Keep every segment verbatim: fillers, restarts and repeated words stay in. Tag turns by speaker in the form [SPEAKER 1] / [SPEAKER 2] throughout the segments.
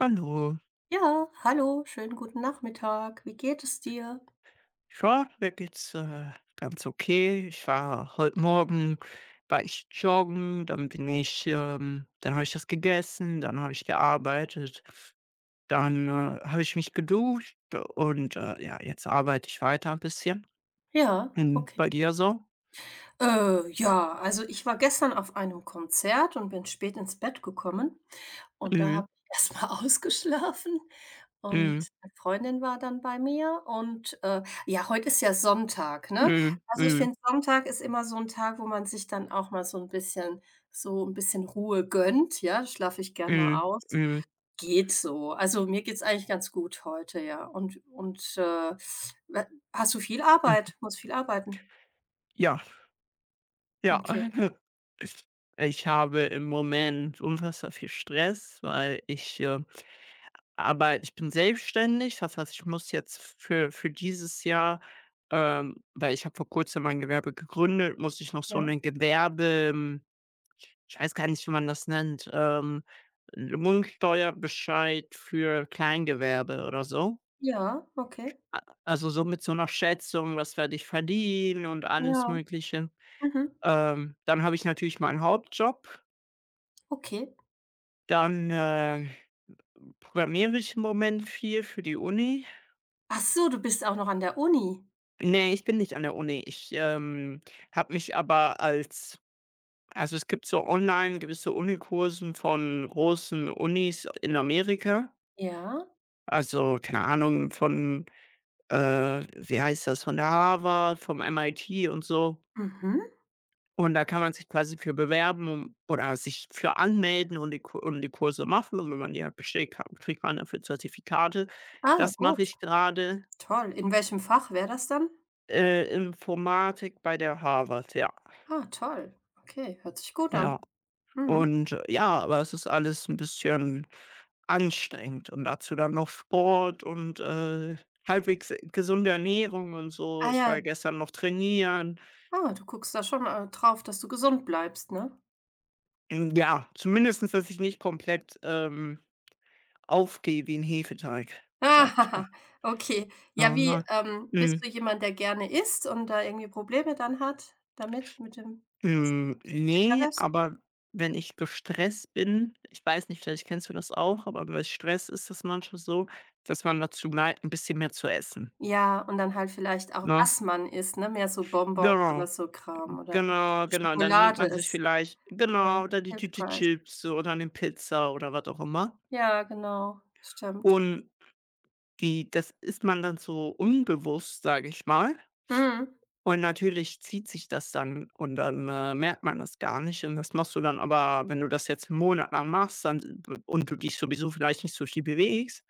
[SPEAKER 1] Hallo.
[SPEAKER 2] Ja, hallo, schönen guten Nachmittag. Wie geht es dir?
[SPEAKER 1] Ja, mir geht's, äh, ganz okay. Ich war heute Morgen war ich joggen, dann bin ich, ähm dann habe ich das gegessen, dann habe ich gearbeitet, dann, äh, habe ich mich geduscht und, äh, ja, jetzt arbeite ich weiter ein bisschen.
[SPEAKER 2] Ja,
[SPEAKER 1] Mhm,
[SPEAKER 2] okay.
[SPEAKER 1] bei dir so?
[SPEAKER 2] Äh, ja, also ich war gestern auf einem Konzert und bin spät ins Bett gekommen und da
[SPEAKER 1] Mhm.
[SPEAKER 2] habe ich erst mal ausgeschlafen
[SPEAKER 1] Mhm.
[SPEAKER 2] und eine Freundin war dann bei mir und, äh, ja, heute ist ja Sonntag, ne?
[SPEAKER 1] Mhm.
[SPEAKER 2] Also, ich
[SPEAKER 1] Mhm.
[SPEAKER 2] finde, Sonntag ist immer so ein Tag, wo man sich dann auch mal so ein bisschen so ein bisschen Ruhe gönnt, ja, da schlafe ich gern mal
[SPEAKER 1] Mhm.
[SPEAKER 2] aus.
[SPEAKER 1] Mhm.
[SPEAKER 2] Geht so. Also, mir geht's eigentlich ganz gut heute, ja. Und und, äh, we hast du viel
[SPEAKER 1] Hm.
[SPEAKER 2] Arbeit? Musst viel arbeiten?
[SPEAKER 1] Ja, ja.
[SPEAKER 2] Okay,
[SPEAKER 1] Ich habe im Moment unfassbar viel Stress, weil ich, äh Aber ich bin selbstständig, das heißt, ich muss jetzt für für dieses Jahr, ähm, weil ich habe vor Kurzem mein Gewerbe gegründet, muss ich noch so
[SPEAKER 2] ja.
[SPEAKER 1] 'ne Gewerbe hm, ich weiß gar nicht, wie man das nennt, ähm, Lohnsteuerbescheid für Kleingewerbe oder so.
[SPEAKER 2] Ja, okay.
[SPEAKER 1] A also, so mit so einer Schätzung, was werde ich verdienen und alles
[SPEAKER 2] Ja,
[SPEAKER 1] Mögliche.
[SPEAKER 2] mhm,
[SPEAKER 1] Ähm, dann habe ich natürlich meinen Hauptjob,
[SPEAKER 2] okay.
[SPEAKER 1] dann, äh, programmiere ich im Moment viel für die Uni.
[SPEAKER 2] Ach so, du bist auch noch an der Uni?
[SPEAKER 1] Ne, ich bin nicht an der Uni. Ich, ähm, habe mich aber als also, es gibt so online gewisse Unikursen von großen Unis in Amerika.
[SPEAKER 2] Ja,
[SPEAKER 1] Also, keine Ahnung, von, äh, wie heißt das, von der Harvard, vom M I T und so.
[SPEAKER 2] mhm.
[SPEAKER 1] Und da kann man sich quasi für bewerben oder sich für anmelden und die Ku und die Kurse machen. Und wenn man die halt besteht, kann kriegt man dafür Zertifikate.
[SPEAKER 2] Ah,
[SPEAKER 1] Das mache
[SPEAKER 2] gut,
[SPEAKER 1] ich gerade,
[SPEAKER 2] toll. In welchem Fach wäre das dann?
[SPEAKER 1] äh, Informatik bei der Harvard, ja,
[SPEAKER 2] Ah, toll. Okay, hört sich gut an.
[SPEAKER 1] ja.
[SPEAKER 2] Mhm.
[SPEAKER 1] Und, äh, ja, aber es ist alles ein bisschen anstrengend und dazu dann noch Sport und, äh, halbwegs gesunde Ernährung und so.
[SPEAKER 2] Ah
[SPEAKER 1] Ich
[SPEAKER 2] ja,
[SPEAKER 1] war gestern noch trainieren.
[SPEAKER 2] ah, du guckst da schon, äh, drauf, dass du gesund bleibst, ne?
[SPEAKER 1] Hm, ja, zumindestens, dass ich nicht komplett, ähm, aufgehe wie ein Hefeteig,
[SPEAKER 2] Ah,
[SPEAKER 1] sag ich mal.
[SPEAKER 2] okay. Ja,
[SPEAKER 1] Ja,
[SPEAKER 2] wie,
[SPEAKER 1] ne?
[SPEAKER 2] ähm, bist
[SPEAKER 1] Hm,
[SPEAKER 2] du jemand, der gerne isst und da irgendwie Probleme dann hat damit, mit dem
[SPEAKER 1] hm,
[SPEAKER 2] d
[SPEAKER 1] ne, aber wenn ich gestresst bin, ich weiß nicht, vielleicht kennst du das auch, aber bei Stress ist das manchmal so, dass man dazu neigt, ein bisschen mehr zu essen,
[SPEAKER 2] Ja, und dann halt vielleicht auch,
[SPEAKER 1] ne?
[SPEAKER 2] was man isst, ne? Mehr so Bonbons
[SPEAKER 1] Genau.
[SPEAKER 2] oder so Kram oder
[SPEAKER 1] Genau, genau. Und dann nimmt
[SPEAKER 2] Schokolade
[SPEAKER 1] man sich
[SPEAKER 2] ist,
[SPEAKER 1] vielleicht,
[SPEAKER 2] ja,
[SPEAKER 1] genau, oder die Tüte
[SPEAKER 2] hilfreich.
[SPEAKER 1] Chips oder 'ne Pizza oder was auch immer.
[SPEAKER 2] Ja, genau, stimmt.
[SPEAKER 1] Und die, das isst man dann so unbewusst, sage ich mal.
[SPEAKER 2] Mhm,
[SPEAKER 1] Und natürlich zieht sich das dann und dann, äh, merkt man das gar nicht. Und das machst du dann, aber wenn du das jetzt 'n Monat lang machst, dann, äh, und du dich sowieso vielleicht nicht so viel bewegst,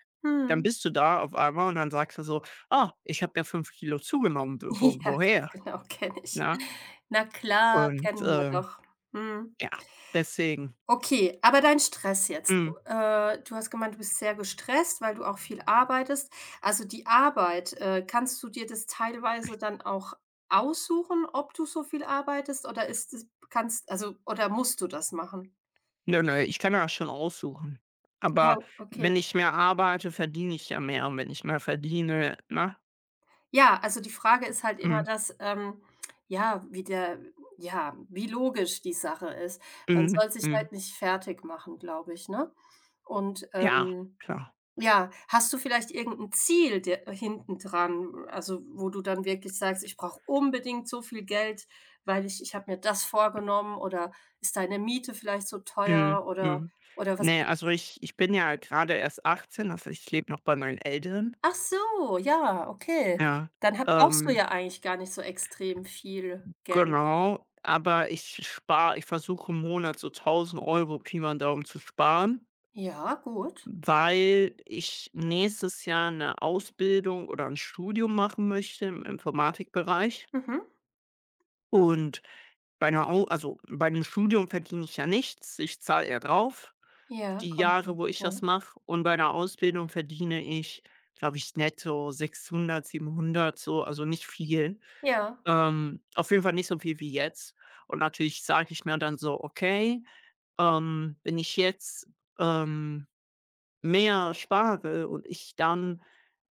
[SPEAKER 1] dann
[SPEAKER 2] mhm.
[SPEAKER 1] bist du da auf einmal und dann sagst du so: „Ah, ich habe ja fünf Kilo zugenommen. Wo
[SPEAKER 2] Ja,
[SPEAKER 1] woher?“
[SPEAKER 2] genau, kenne ich.
[SPEAKER 1] Na.
[SPEAKER 2] Na klar,
[SPEAKER 1] Und,
[SPEAKER 2] kennen wir
[SPEAKER 1] ähm,
[SPEAKER 2] doch. Mhm.
[SPEAKER 1] ja, deswegen.
[SPEAKER 2] Okay, aber dein Stress jetzt. Du,
[SPEAKER 1] Mhm.
[SPEAKER 2] äh du hast gemeint, du bist sehr gestresst, weil du auch viel arbeitest. Also, die Arbeit, äh, kannst du dir das teilweise dann auch aussuchen, ob du so viel arbeitest oder ist es kannst also, oder musst du das machen?
[SPEAKER 1] Ne, ne, ich kann das schon aussuchen.
[SPEAKER 2] Ja,
[SPEAKER 1] Aber
[SPEAKER 2] okay.
[SPEAKER 1] wenn ich mehr arbeite, verdiene ich ja mehr, und wenn ich mehr verdiene, ne?
[SPEAKER 2] Ja, also, die Frage ist halt immer
[SPEAKER 1] Mhm,
[SPEAKER 2] das, ähm, ja, wie der ja, wie logisch die Sache ist. Man
[SPEAKER 1] mhm,
[SPEAKER 2] soll sich
[SPEAKER 1] mhm.
[SPEAKER 2] halt nicht fertig machen, glaube ich, ne? Und,
[SPEAKER 1] Ja,
[SPEAKER 2] ähm
[SPEAKER 1] klar.
[SPEAKER 2] Ja, hast du vielleicht irgendein Ziel dir hinten dran, also, wo du dann wirklich sagst: „Ich brauche unbedingt so viel Geld, weil ich ich habe mir das vorgenommen", oder ist deine Miete vielleicht so
[SPEAKER 1] Mhm,
[SPEAKER 2] teuer oder
[SPEAKER 1] mhm.
[SPEAKER 2] oder was
[SPEAKER 1] Ne, also ich ich bin ja gerade erst achtzehn, also ich lebe noch bei meinen Eltern.
[SPEAKER 2] ach so, ja, okay.
[SPEAKER 1] Ja,
[SPEAKER 2] Dann ha brauchst du
[SPEAKER 1] ähm,
[SPEAKER 2] ja eigentlich gar nicht so extrem viel Geld.
[SPEAKER 1] genau, aber ich spare ich versuche im Monat so tausend Euro Pi mal Daumen zu sparen,
[SPEAKER 2] Ja, gut.
[SPEAKER 1] weil ich nächstes Jahr eine Ausbildung oder ein Studium machen möchte im Informatikbereich.
[SPEAKER 2] Mhm.
[SPEAKER 1] Und bei einer Au also, bei 'nem Studium verdiene ich ja nichts, ich zahle eher drauf,
[SPEAKER 2] Ja,
[SPEAKER 1] die
[SPEAKER 2] kommt noch,
[SPEAKER 1] Jahre, wo ich das
[SPEAKER 2] ja.
[SPEAKER 1] mache. Und bei 'ner Ausbildung verdiene ich, glaube ich, netto sechshundert, siebenhundert so, also, nicht viel.
[SPEAKER 2] Ja,
[SPEAKER 1] Ähm, auf jeden Fall nicht so viel wie jetzt. Und natürlich sage ich mir dann so: „Okay, ähm, wenn ich jetzt, ähm“ mehr spare und ich dann,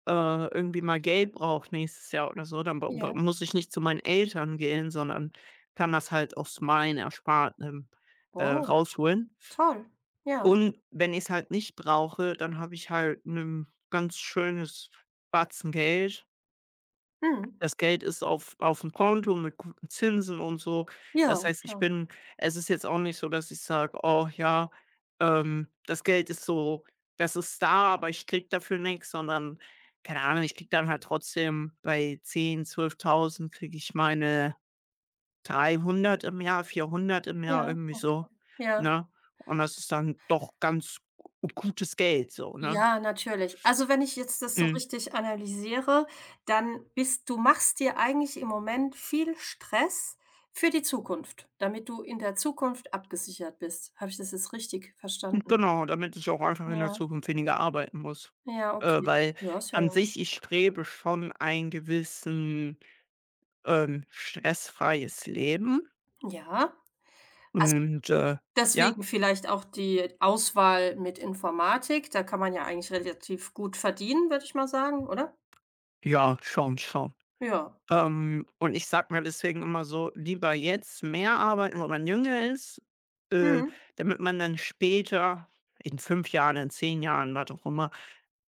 [SPEAKER 1] äh, irgendwie mal Geld brauche nächstes Jahr oder so, dann b b
[SPEAKER 2] ja.
[SPEAKER 1] muss ich nicht zu meinen Eltern gehen, sondern kann das halt aus meinen Ersparten, äh,
[SPEAKER 2] Oh,
[SPEAKER 1] rausholen.
[SPEAKER 2] toll. Ja.
[SPEAKER 1] Und wenn ich's halt nicht brauche, dann habe ich halt ein ganz schönes Batzen Geld,
[SPEAKER 2] Mhm.
[SPEAKER 1] das Geld ist auf auf auf'm Konto mit guten Zinsen und so. Das
[SPEAKER 2] Ja,
[SPEAKER 1] heißt, ich
[SPEAKER 2] klar.
[SPEAKER 1] bin, es ist jetzt auch nicht so, dass ich sage: „Oh ja, ähm, das Geld ist so, das ist da, aber ich krieg dafür nichts, sondern, keine Ahnung, ich krieg dann halt trotzdem bei zehn, zwölftausend, kriege ich meine dreihundert im Jahr, vierhundert im Jahr,
[SPEAKER 2] Ja,
[SPEAKER 1] irgendwie
[SPEAKER 2] okay.
[SPEAKER 1] so,
[SPEAKER 2] Ja.
[SPEAKER 1] ne? Und das ist dann doch ganz g gutes Geld so, ne?"
[SPEAKER 2] Ja, natürlich. Also, wenn ich jetzt das so
[SPEAKER 1] Mhm.
[SPEAKER 2] richtig analysiere, dann bist du machst dir eigentlich im Moment viel Stress für die Zukunft, damit du in der Zukunft abgesichert bist. Habe ich das jetzt richtig verstanden?
[SPEAKER 1] Genau, damit ich auch einfach in der
[SPEAKER 2] Ja,
[SPEAKER 1] Zukunft weniger arbeiten muss.
[SPEAKER 2] ja,
[SPEAKER 1] Äh,
[SPEAKER 2] okay.
[SPEAKER 1] weil
[SPEAKER 2] Ja, ist ja.
[SPEAKER 1] an sich, ich strebe schon einen gewissen, ähm, stressfreies Leben
[SPEAKER 2] Ja, also,
[SPEAKER 1] und, äh, ja,
[SPEAKER 2] deswegen vielleicht auch die Auswahl mit Informatik. Da kann man ja eigentlich relativ gut verdienen, würde ich mal sagen, oder?
[SPEAKER 1] ja, schon, schon.
[SPEAKER 2] Ja.
[SPEAKER 1] Ähm, und ich sag mir deswegen immer so: „Lieber jetzt mehr arbeiten, wo man jünger ist, äh,
[SPEAKER 2] Mhm.
[SPEAKER 1] damit man dann später in fünf Jahren, in zehn Jahren, was auch immer,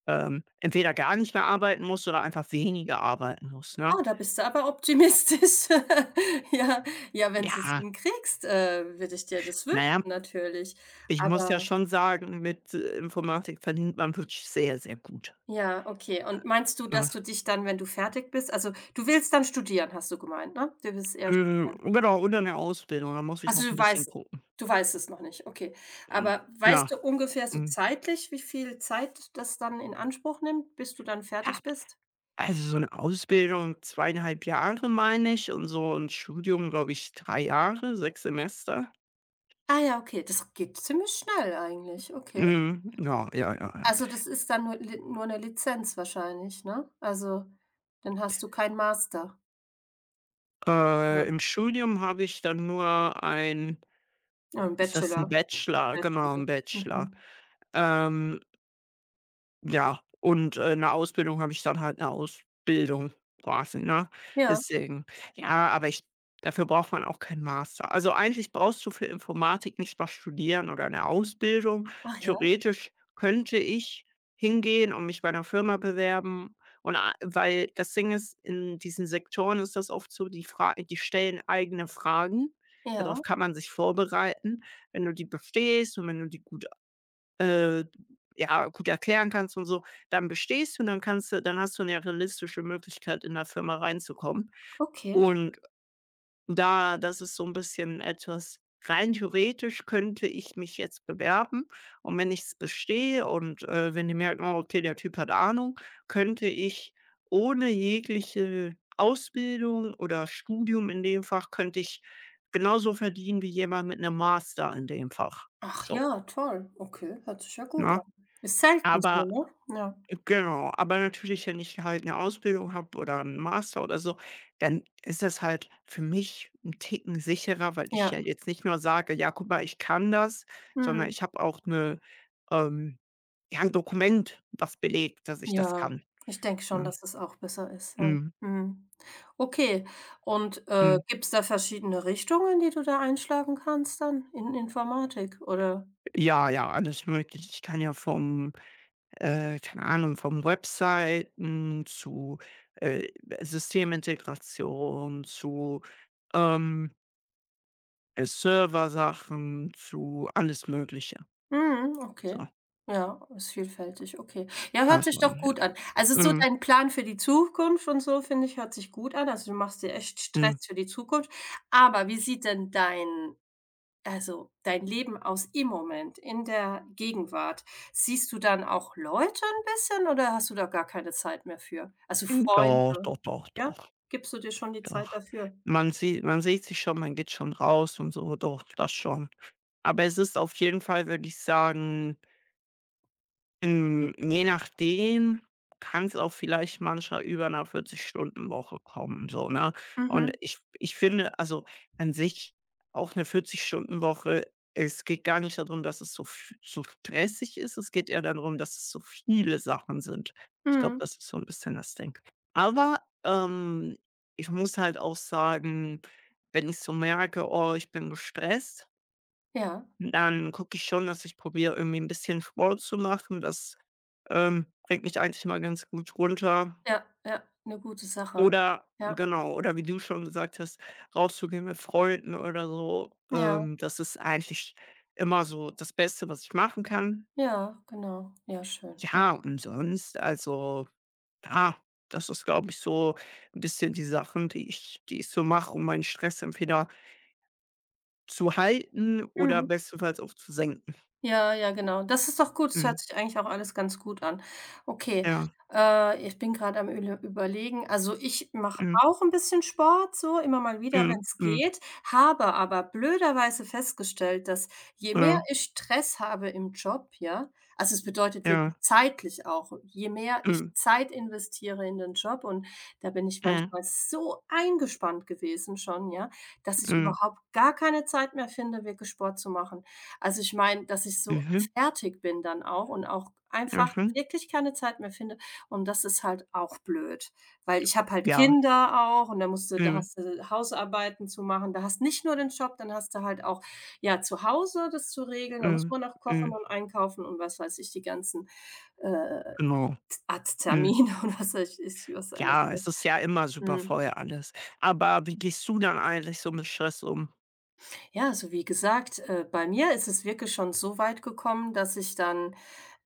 [SPEAKER 1] ähm, entweder gar nicht mehr arbeiten muss oder einfach weniger arbeiten muss", ne?
[SPEAKER 2] Oh, da bist du aber optimistisch. Ja, ja, wenn du es
[SPEAKER 1] Ja,
[SPEAKER 2] hinkriegst, äh, würde ich dir das wünschen
[SPEAKER 1] naja.
[SPEAKER 2] natürlich.
[SPEAKER 1] Ich muss ja
[SPEAKER 2] Aber
[SPEAKER 1] schon sagen, mit, äh, Informatik verdient man wirklich sehr, sehr gut,
[SPEAKER 2] ja, okay. Und meinst du,
[SPEAKER 1] ne?
[SPEAKER 2] dass du dich dann, wenn du fertig bist also, du willst dann studieren, hast du gemeint, ne? Du willst eher
[SPEAKER 1] Mhm,
[SPEAKER 2] studieren.
[SPEAKER 1] genau, und dann 'ne Ausbildung, da muss ich
[SPEAKER 2] Also,
[SPEAKER 1] noch 'n
[SPEAKER 2] du
[SPEAKER 1] bisschen
[SPEAKER 2] weißt
[SPEAKER 1] gucken.
[SPEAKER 2] du weißt es noch nicht, okay.
[SPEAKER 1] Hm,
[SPEAKER 2] Aber
[SPEAKER 1] ja,
[SPEAKER 2] weißt du ungefähr so
[SPEAKER 1] hm,
[SPEAKER 2] zeitlich, wie viel Zeit das dann in Anspruch nimmt, bis du dann
[SPEAKER 1] ja,
[SPEAKER 2] fertig bist?
[SPEAKER 1] also, so 'ne Ausbildung zweieinhalb Jahre, meine ich, und so 'n Studium, glaube ich, drei Jahre, sechs Semester.
[SPEAKER 2] Ah ja, okay, das geht ziemlich schnell eigentlich, okay.
[SPEAKER 1] Mhm, ja, ja, ja, ja.
[SPEAKER 2] Also, das ist dann nur li nur eine Lizenz wahrscheinlich, ne? Also, dann hast du kein Master.
[SPEAKER 1] Äh,
[SPEAKER 2] Ja,
[SPEAKER 1] im Studium habe ich dann nur ein,
[SPEAKER 2] ja 'n
[SPEAKER 1] ist das 'n
[SPEAKER 2] Bachelor.
[SPEAKER 1] Bachelor? Genau,
[SPEAKER 2] Bachelor.
[SPEAKER 1] 'n Bachelor.
[SPEAKER 2] Mhm.
[SPEAKER 1] Ähm, Ja, und, äh, 'ne Ausbildung habe ich dann halt, eine Ausbildung quasi, ne?
[SPEAKER 2] Ja.
[SPEAKER 1] Deswegen. Ja, aber ich, dafür braucht man auch keinen Master. Also, eigentlich brauchst du für Informatik nicht was studieren oder eine Ausbildung.
[SPEAKER 2] Ach ja,
[SPEAKER 1] Theoretisch könnte ich hingehen und mich bei einer Firma bewerben, und a weil das Ding ist, in diesen Sektoren ist das oft so, die fra die stellen eigene Fragen,
[SPEAKER 2] ja,
[SPEAKER 1] darauf kann man sich vorbereiten. Wenn du die bestehst und wenn du die gut, äh, ja, gut erklären kannst und so, dann bestehst du und dann kannst du, dann hast du eine realistische Möglichkeit, in der Firma reinzukommen.
[SPEAKER 2] okay.
[SPEAKER 1] Und da, das ist so ein bisschen etwas, rein theoretisch könnte ich mich jetzt bewerben, und wenn ich es bestehe und, äh, wenn die merken: „Oh, okay, der Typ hat Ahnung", könnte ich ohne jegliche Ausbildung oder Studium in dem Fach könnte ich genauso verdienen wie jemand mit einem Master in dem Fach.
[SPEAKER 2] Ach
[SPEAKER 1] So,
[SPEAKER 2] ja, toll. Okay, hört sich ja gut
[SPEAKER 1] ne?
[SPEAKER 2] an. Ist selten
[SPEAKER 1] Aber,
[SPEAKER 2] so, ne? Ja.
[SPEAKER 1] genau, aber natürlich, wenn ich halt eine Ausbildung habe oder einen Master oder so, dann ist das halt für mich ein Ticken sicherer, weil ich ja
[SPEAKER 2] Ja.
[SPEAKER 1] jetzt nicht nur sage: „Ja, guck mal, ich kann das", sondern
[SPEAKER 2] Mhm.
[SPEAKER 1] ich habe auch 'ne, ähm, ja, 'n Dokument, was belegt, dass ich das
[SPEAKER 2] Ja,
[SPEAKER 1] kann,
[SPEAKER 2] ich denke schon,
[SPEAKER 1] ne?
[SPEAKER 2] dass es auch besser ist, ja.
[SPEAKER 1] Mhm,
[SPEAKER 2] Mhm. Okay. Und, äh,
[SPEAKER 1] mhm.
[SPEAKER 2] gibt's da verschiedene Richtungen, die du da einschlagen kannst dann in Informatik, oder?
[SPEAKER 1] Ja, ja, alles möglich. Ich kann ja vom, äh, keine Ahnung, vom Webseiten zu, äh, Systemintegration zu, ähm Äh, Sachen zu, alles Mögliche.
[SPEAKER 2] Mhm, okay.
[SPEAKER 1] So,
[SPEAKER 2] Ja, ist vielfältig, okay. Ja, hört sich
[SPEAKER 1] also,
[SPEAKER 2] doch
[SPEAKER 1] ja.
[SPEAKER 2] gut an. Also, so
[SPEAKER 1] Mhm,
[SPEAKER 2] dein Plan für die Zukunft und so, finde ich, hört sich gut an. Also, du machst dir echt Stress
[SPEAKER 1] mhm.
[SPEAKER 2] für die Zukunft. Aber wie sieht denn dein also, dein Leben aus im Moment, in der Gegenwart? Siehst du dann auch Leute ein bisschen oder hast du da gar keine Zeit mehr für? Also,
[SPEAKER 1] Hm, doch,
[SPEAKER 2] Freunde,
[SPEAKER 1] doch, doch,
[SPEAKER 2] ja?
[SPEAKER 1] doch,
[SPEAKER 2] Gibst du dir schon die Zeit
[SPEAKER 1] doch.
[SPEAKER 2] dafür?
[SPEAKER 1] Man sieht man sieht sich schon, man geht schon raus und so, doch, das schon. Aber es ist auf jeden Fall, würde ich sagen, hm, je nachdem kann es auch vielleicht manchmal über 'ner vierzig stunden woche kommen, so, ne? Und
[SPEAKER 2] Mhm,
[SPEAKER 1] ich ich finde, also, an sich auch 'ne vierzig stunden woche, es geht gar nicht da drum, dass es so v so stressig ist. Es geht eher da drum, dass es so viele Sachen sind. Ich glaube,
[SPEAKER 2] mhm.
[SPEAKER 1] das ist so 'n bisschen das Ding. Aber, ähm, ich muss halt auch sagen, wenn ich so merke: „Oh, ich bin gestresst",
[SPEAKER 2] Ja,
[SPEAKER 1] dann gucke ich schon, dass ich probiere, irgendwie ein bisschen Sport zu machen. Das, ähm, bringt mich eigentlich mal ganz gut runter.
[SPEAKER 2] ja, ja, eine gute Sache.
[SPEAKER 1] Oder
[SPEAKER 2] Ja,
[SPEAKER 1] genau, oder wie du schon gesagt hast, rauszugehen mit Freunden oder so.
[SPEAKER 2] ja.
[SPEAKER 1] Ähm, das ist eigentlich immer so das Beste, was ich machen kann.
[SPEAKER 2] Ja, genau. Ja, schön. Oh.
[SPEAKER 1] Ja, und sonst, also, ja, das ist, glaube ich, so ein bisschen die Sachen, die ich die ich so mache, um meinen Stress entweder zu halten oder
[SPEAKER 2] Mhm.
[SPEAKER 1] bestenfalls auch zu senken.
[SPEAKER 2] Ja, ja, genau. Das ist doch gut. Das
[SPEAKER 1] Mhm.
[SPEAKER 2] hört sich eigentlich auch alles ganz gut an. Okay,
[SPEAKER 1] Ja.
[SPEAKER 2] äh, ich bin gerade am üle Überlegen. Also, ich mache
[SPEAKER 1] Mhm.
[SPEAKER 2] auch ein bisschen Sport so, immer mal wieder, wenn
[SPEAKER 1] Mhm.
[SPEAKER 2] es
[SPEAKER 1] Mhm.
[SPEAKER 2] geht, habe aber blöderweise festgestellt, dass je mehr
[SPEAKER 1] Ja.
[SPEAKER 2] ich Stress habe im Job, ja, also, es bedeutet
[SPEAKER 1] Ja.
[SPEAKER 2] wirklich zeitlich auch, je mehr ich
[SPEAKER 1] Mhm.
[SPEAKER 2] Zeit investiere in den Job und da bin ich
[SPEAKER 1] Mhm.
[SPEAKER 2] manchmal so eingespannt gewesen schon, ja, dass ich
[SPEAKER 1] Mhm.
[SPEAKER 2] überhaupt gar keine Zeit mehr finde, wirklich Sport zu machen. Also, ich meine, dass ich so
[SPEAKER 1] Mhm.
[SPEAKER 2] fertig bin dann auch und auch einfach
[SPEAKER 1] Mhm.
[SPEAKER 2] wirklich keine Zeit mehr finde und das ist halt auch blöd, weil ich habe halt
[SPEAKER 1] Ja.
[SPEAKER 2] Kinder auch und da musst du da
[SPEAKER 1] Mhm.
[SPEAKER 2] hast du Hausarbeiten zu machen. Da hast nicht nur den Job, dann hast du halt auch, ja, zu Hause das zu regeln, da muss
[SPEAKER 1] Mhm.
[SPEAKER 2] man noch kochen
[SPEAKER 1] Mhm.
[SPEAKER 2] und einkaufen und was weiß ich, die ganzen, äh,
[SPEAKER 1] Genau. Mhm.
[SPEAKER 2] Arzttermine und was weiß ich was alles,
[SPEAKER 1] Ja,
[SPEAKER 2] ne?
[SPEAKER 1] es ist ja immer super
[SPEAKER 2] Mhm.
[SPEAKER 1] voll alles. Aber wie gehst du dann eigentlich so mit Stress um?
[SPEAKER 2] Ja, also, wie gesagt, äh, bei mir ist es wirklich schon so weit gekommen, dass ich dann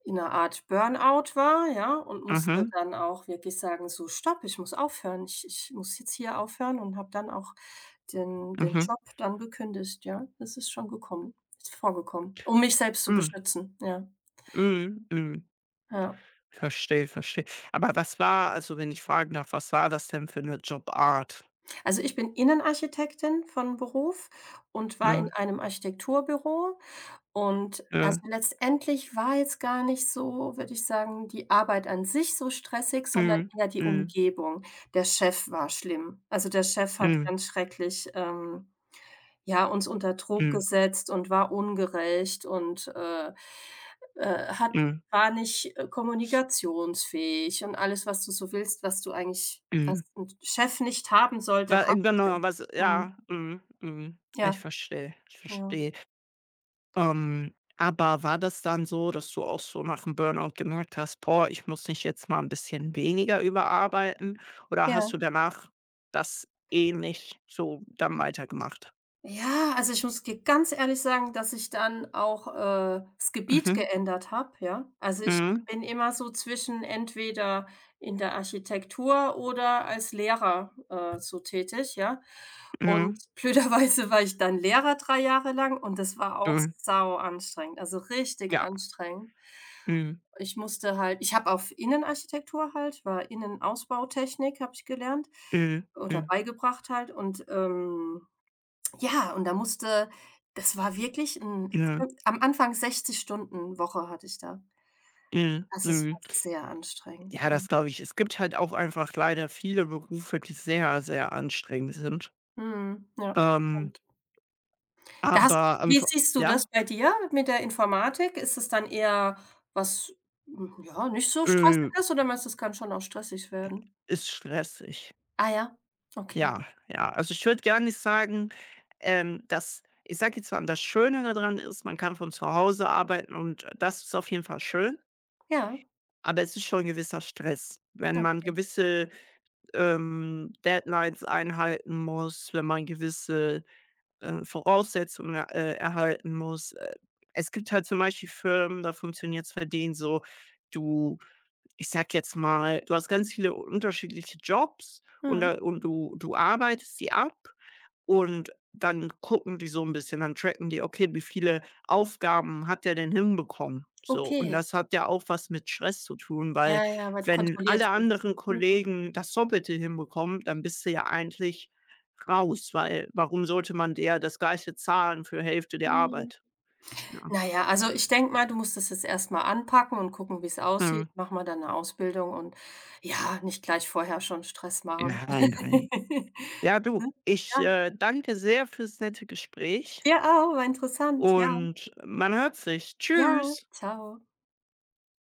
[SPEAKER 2] in einer Art Burnout war, ja, und musste
[SPEAKER 1] Mhm.
[SPEAKER 2] dann auch wirklich sagen: „So, stopp, ich muss aufhören. Ich ich muss jetzt hier aufhören" und habe dann auch den den
[SPEAKER 1] Mhm.
[SPEAKER 2] Job dann gekündigt, ja. Das ist schon gekommen ist vorgekommen, um mich selbst zu
[SPEAKER 1] Mhm.
[SPEAKER 2] beschützen, ja,
[SPEAKER 1] Mhm. Mhm.
[SPEAKER 2] ja.
[SPEAKER 1] Verstehe, verstehe. Aber was war, also, wenn ich fragen darf, was war das denn für eine Jobart?
[SPEAKER 2] Also, ich bin Innenarchitektin von Beruf und war in
[SPEAKER 1] Ja,
[SPEAKER 2] einem Architekturbüro. Und, also,
[SPEAKER 1] ja.
[SPEAKER 2] letztendlich war jetzt gar nicht so, würde ich sagen, die Arbeit an sich so stressig, sondern
[SPEAKER 1] Mhm.
[SPEAKER 2] eher die
[SPEAKER 1] Mhm.
[SPEAKER 2] Umgebung. Der Chef war schlimm. Also, der Chef hat
[SPEAKER 1] Mhm.
[SPEAKER 2] ganz schrecklich, ähm, ja, uns unter Druck
[SPEAKER 1] Mhm.
[SPEAKER 2] gesetzt und war ungerecht und, äh, äh, hat
[SPEAKER 1] Mhm.
[SPEAKER 2] war nicht, äh, kommunikationsfähig und alles, was du so willst, was du eigentlich
[SPEAKER 1] Mhm.
[SPEAKER 2] was 'n Chef nicht haben
[SPEAKER 1] Wa
[SPEAKER 2] sollte,
[SPEAKER 1] äh,
[SPEAKER 2] hatte
[SPEAKER 1] genau,
[SPEAKER 2] der.
[SPEAKER 1] was
[SPEAKER 2] Mhm.
[SPEAKER 1] ja, mhm. Mhm. Ich
[SPEAKER 2] Ja,
[SPEAKER 1] verstehe, ich
[SPEAKER 2] ja,
[SPEAKER 1] verstehe. Ähm, aber war das dann so, dass du auch so nach 'm Burnout gemerkt hast: „Boah, ich muss mich jetzt mal ein bisschen weniger überarbeiten", oder hast du
[SPEAKER 2] ja.
[SPEAKER 1] danach das ähnlich so dann weitergemacht?
[SPEAKER 2] Ja, also, ich muss dir ganz ehrlich sagen, dass ich dann auch, äh, das Gebiet
[SPEAKER 1] Mhm.
[SPEAKER 2] geändert habe, ja? Also, ich
[SPEAKER 1] Mhm.
[SPEAKER 2] bin immer so zwischen entweder in der Architektur oder als Lehrer, äh, so tätig, ja? Und
[SPEAKER 1] Mhm.
[SPEAKER 2] blöderweise war ich dann Lehrer drei Jahre lang und das war auch
[SPEAKER 1] Mhm.
[SPEAKER 2] sau anstrengend, also, richtig
[SPEAKER 1] Ja.
[SPEAKER 2] anstrengend.
[SPEAKER 1] Mhm.
[SPEAKER 2] Ich musste halt ich habe auf Innenarchitektur halt war Innenausbautechnik habe ich gelernt
[SPEAKER 1] Mhm.
[SPEAKER 2] oder
[SPEAKER 1] Mhm.
[SPEAKER 2] beigebracht halt und, ähm ja, und da musste das war wirklich 'n
[SPEAKER 1] Mhm.
[SPEAKER 2] am Anfang sechzig Stunden Woche hatte ich da.
[SPEAKER 1] Mhm.
[SPEAKER 2] Also, es war
[SPEAKER 1] Mhm.
[SPEAKER 2] sehr anstrengend,
[SPEAKER 1] Ja,
[SPEAKER 2] ja.
[SPEAKER 1] das glaube ich. Es gibt halt auch einfach leider viele Berufe, die sehr, sehr anstrengend sind.
[SPEAKER 2] Mhm, ja,
[SPEAKER 1] Ähm,
[SPEAKER 2] stimmt. Da hast
[SPEAKER 1] aber am
[SPEAKER 2] wie
[SPEAKER 1] Vo
[SPEAKER 2] siehst du das
[SPEAKER 1] ja,
[SPEAKER 2] bei dir mit der Informatik? Ist es dann eher was, hm, ja, nicht so
[SPEAKER 1] äh,
[SPEAKER 2] Stressiges oder meinst du, es kann schon auch stressig werden?
[SPEAKER 1] ist stressig.
[SPEAKER 2] Ah ja, okay.
[SPEAKER 1] Ja, ja. Also, ich würde gar nicht sagen, ähm, dass ich sage jetzt mal, das Schöne daran ist, man kann von zu Hause arbeiten und das ist auf jeden Fall schön,
[SPEAKER 2] Ja,
[SPEAKER 1] aber es ist schon 'n gewisser Stress, wenn
[SPEAKER 2] ja.
[SPEAKER 1] man gewisse, ähm, Deadlines einhalten muss, wenn man gewisse, äh, Voraussetzungen, äh, erhalten muss. Äh, es gibt halt zum Beispiel Firmen, da funktioniert's bei denen so, du, ich sage jetzt mal, du hast ganz viele unterschiedliche Jobs und
[SPEAKER 2] Mhm.
[SPEAKER 1] da, und du du arbeitest die ab und dann gucken die so ein bisschen, dann tracken die: „Okay, wie viele Aufgaben hat der denn hinbekommen?" So, und
[SPEAKER 2] Okay.
[SPEAKER 1] das hat ja auch was mit Stress zu tun, weil
[SPEAKER 2] Ja, ja, weil du
[SPEAKER 1] wenn
[SPEAKER 2] kontrolliert
[SPEAKER 1] alle
[SPEAKER 2] wirst.
[SPEAKER 1] anderen
[SPEAKER 2] Mhm.
[SPEAKER 1] Kollegen das Doppelte hinbekommen, dann bist du ja eigentlich raus, weil warum sollte man der das Gleiche zahlen für Hälfte der
[SPEAKER 2] Mhm.
[SPEAKER 1] Arbeit, ne?
[SPEAKER 2] Na ja, also ich denke mal, du musst es jetzt erst mal anpacken und gucken, wie es aussieht.
[SPEAKER 1] Mhm.
[SPEAKER 2] Mach mal dann 'ne Ausbildung und ja, nicht gleich vorher schon Stress machen.
[SPEAKER 1] Nein, nein. Ja, du,
[SPEAKER 2] Ne?
[SPEAKER 1] ich,
[SPEAKER 2] Ja,
[SPEAKER 1] äh, danke sehr fürs nette Gespräch
[SPEAKER 2] dir auch, war interessant, ja.
[SPEAKER 1] und man hört sich.
[SPEAKER 2] Ja,
[SPEAKER 1] Tschüss.
[SPEAKER 2] Ciao.